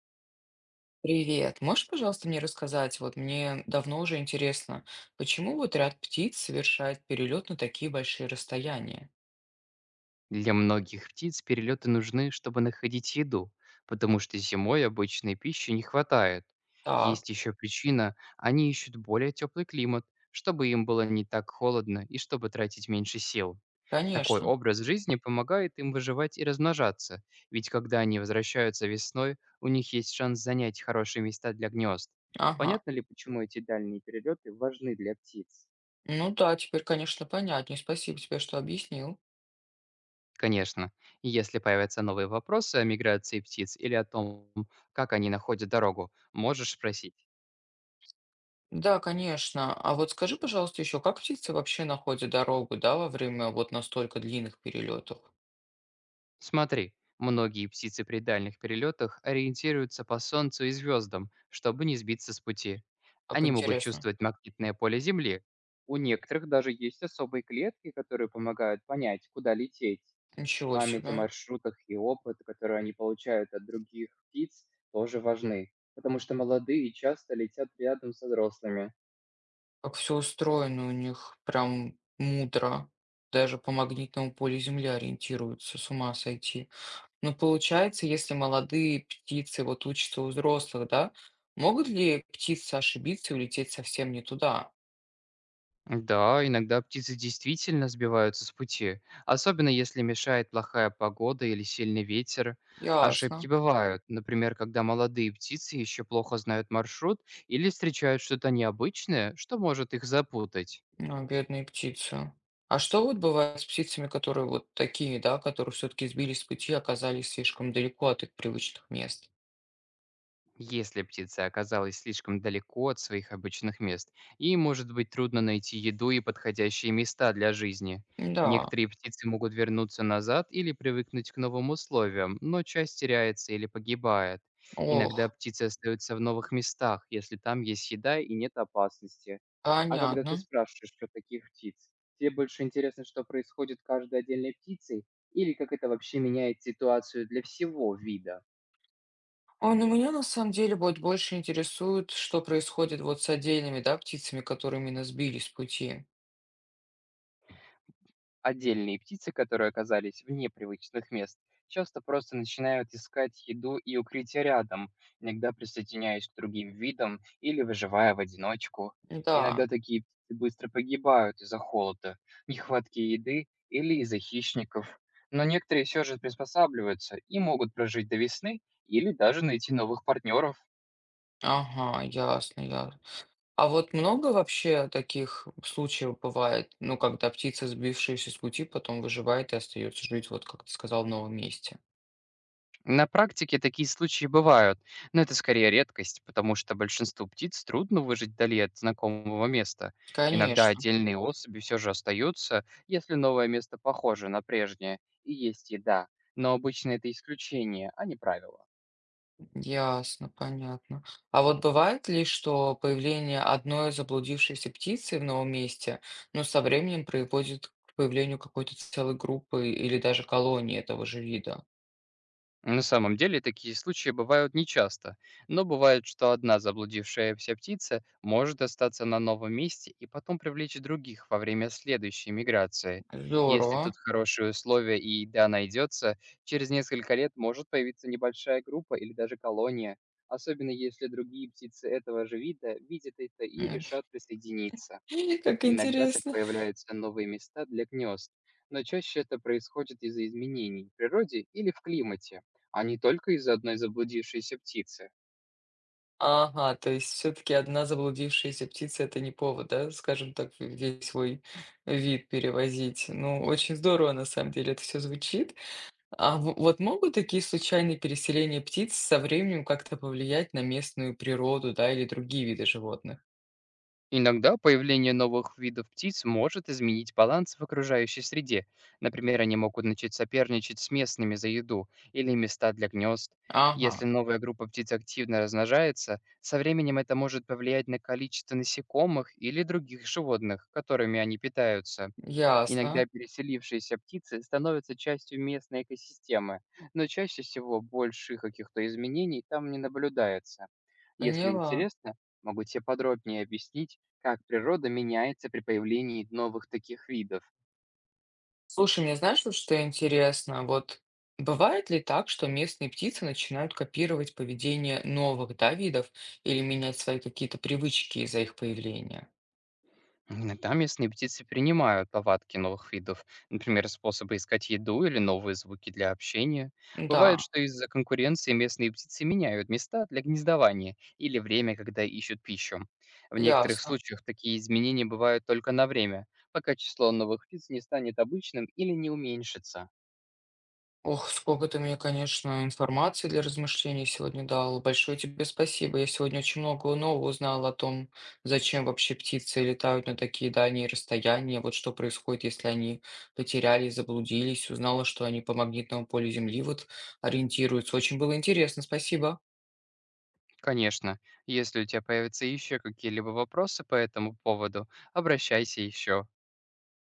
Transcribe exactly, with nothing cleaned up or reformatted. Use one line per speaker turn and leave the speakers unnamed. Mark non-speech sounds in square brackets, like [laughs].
Привет. Можешь, пожалуйста, мне рассказать, вот мне давно уже интересно, почему вот ряд птиц совершает перелет на такие большие расстояния?
Для многих птиц перелеты нужны, чтобы находить еду, потому что зимой обычной пищи не хватает.
Так,
Есть еще причина, они ищут более теплый климат, чтобы им было не так холодно и чтобы тратить меньше сил. Такой
конечно.
образ жизни помогает им выживать и размножаться, ведь когда они возвращаются весной, у них есть шанс занять хорошие места для гнезд.
Ага.
Понятно ли, почему эти дальние перелеты важны для птиц?
Ну да, теперь, конечно, понятнее. Спасибо тебе, что объяснил.
Конечно. И Если появятся новые вопросы о миграции птиц или о том, как они находят дорогу, можешь спросить.
Да, конечно. А вот скажи, пожалуйста, еще, как птицы вообще находят дорогу, да, во время вот настолько длинных перелетов?
Смотри, многие птицы при дальних перелетах ориентируются по солнцу и звездам, чтобы не сбиться с пути.
Как
Они могут
интересно.
чувствовать магнитное поле Земли. У некоторых даже есть особые клетки, которые помогают понять, куда лететь.
Ничего
Память о
себе.
маршрутах и опыт, который они получают от других птиц, тоже важны, потому что молодые часто летят рядом со взрослыми.
Как все устроено у них, прям мудро, даже по магнитному полю Земли ориентируются, с ума сойти. Ну, получается, если молодые птицы вот учатся у взрослых, да, могут ли птицы ошибиться и улететь совсем не туда?
Да, иногда птицы действительно сбиваются с пути, особенно если мешает плохая погода или сильный ветер. Ошибки
Ясно.
бывают, например, когда молодые птицы еще плохо знают маршрут или встречают что-то необычное, что может их запутать.
А, бедные птицы. А что вот бывает с птицами, которые вот такие, да, которые все-таки сбились с пути, оказались слишком далеко от их привычных мест?
Если птица оказалась слишком далеко от своих обычных мест, ей может быть трудно найти еду и подходящие места для жизни.
Да,
Некоторые птицы могут вернуться назад или привыкнуть к новым условиям, но часть теряется или погибает. Иногда
ох,
птицы остаются в новых местах, если там есть еда и нет опасности. А когда ты
понятно.
спрашиваешь про таких птиц, тебе больше интересно, что происходит с каждой отдельной птицей, или как это вообще меняет ситуацию для всего вида?
Ой, ну меня на самом деле вот больше интересует, что происходит вот с отдельными, да, птицами, которые именно сбились с пути.
Отдельные птицы, которые оказались вне привычных мест, часто просто начинают искать еду и укрытие рядом, иногда присоединяясь к другим видам или выживая в одиночку.
Да,
Иногда такие птицы быстро погибают из-за холода, нехватки еды или из-за хищников. Но некоторые все же приспосабливаются и могут прожить до весны или даже найти новых партнеров.
ага, ясно, ясно. А вот много вообще таких случаев бывает, ну, когда птица, сбившаяся с пути, потом выживает и остается жить, вот как ты сказал, в новом месте?
На практике такие случаи бывают, но это скорее редкость, потому что большинству птиц трудно выжить вдали от знакомого места. Иногда
Конечно,
отдельные особи все же остаются, если новое место похоже на прежнее и есть еда, но обычно это исключение, а не правило.
ясно, понятно. А вот бывает ли, что появление одной заблудившейся птицы в новом месте, ну, со временем приводит к появлению какой-то целой группы или даже колонии этого же вида?
На самом деле такие случаи бывают нечасто, но бывает, что одна заблудившаяся птица может остаться на новом месте и потом привлечь других во время следующей миграции. Если
Здорово.
тут хорошие условия и еда найдется, через несколько лет может появиться небольшая группа или даже колония, особенно если другие птицы этого же вида видят это и
М.
решат присоединиться.
[laughs] Как
Иногда так
интересно.
появляются новые места для гнезд, но чаще это происходит из-за изменений в природе или в климате, а не только из-за одной заблудившейся птицы.
Ага, то есть все таки одна заблудившаяся птица- это не повод, да, скажем так, в весь свой вид перевозить. Ну, очень здорово, на самом деле, это все звучит. А в вот могут такие случайные переселения птиц со временем как-то повлиять на местную природу, да, или другие виды животных?
Иногда появление новых видов птиц может изменить баланс в окружающей среде. Например, они могут начать соперничать с местными за еду или места для гнезд. Если
Ага,
новая группа птиц активно размножается, со временем это может повлиять на количество насекомых или других животных, которыми они питаются.
ясно,
Иногда переселившиеся птицы становятся частью местной экосистемы, но чаще всего больших каких-то изменений там не наблюдается. Если
поняла.
интересно, могу тебе подробнее объяснить, как природа меняется при появлении новых таких видов.
Слушай, мне знаешь, вот что интересно? Вот бывает ли так, что местные птицы начинают копировать поведение новых, да, видов или менять свои какие-то привычки из-за их появления?
М, Там местные птицы принимают повадки новых видов, например, способы искать еду или новые звуки для общения. Бывает,
Да,
что из-за конкуренции местные птицы меняют места для гнездования или время, когда ищут пищу. В некоторых
ясно.
случаях такие изменения бывают только на время, пока число новых птиц не станет обычным или не уменьшится.
Ох, сколько ты мне, конечно, информации для размышлений сегодня дал. Большое тебе спасибо. Я сегодня очень много нового узнал о том, зачем вообще птицы летают на такие дальние расстояния, вот что происходит, если они потерялись, заблудились. Узнала, что они по магнитному полю Земли вот ориентируются. Очень было интересно. Спасибо.
Конечно, если у тебя появятся еще какие-либо вопросы по этому поводу, обращайся еще.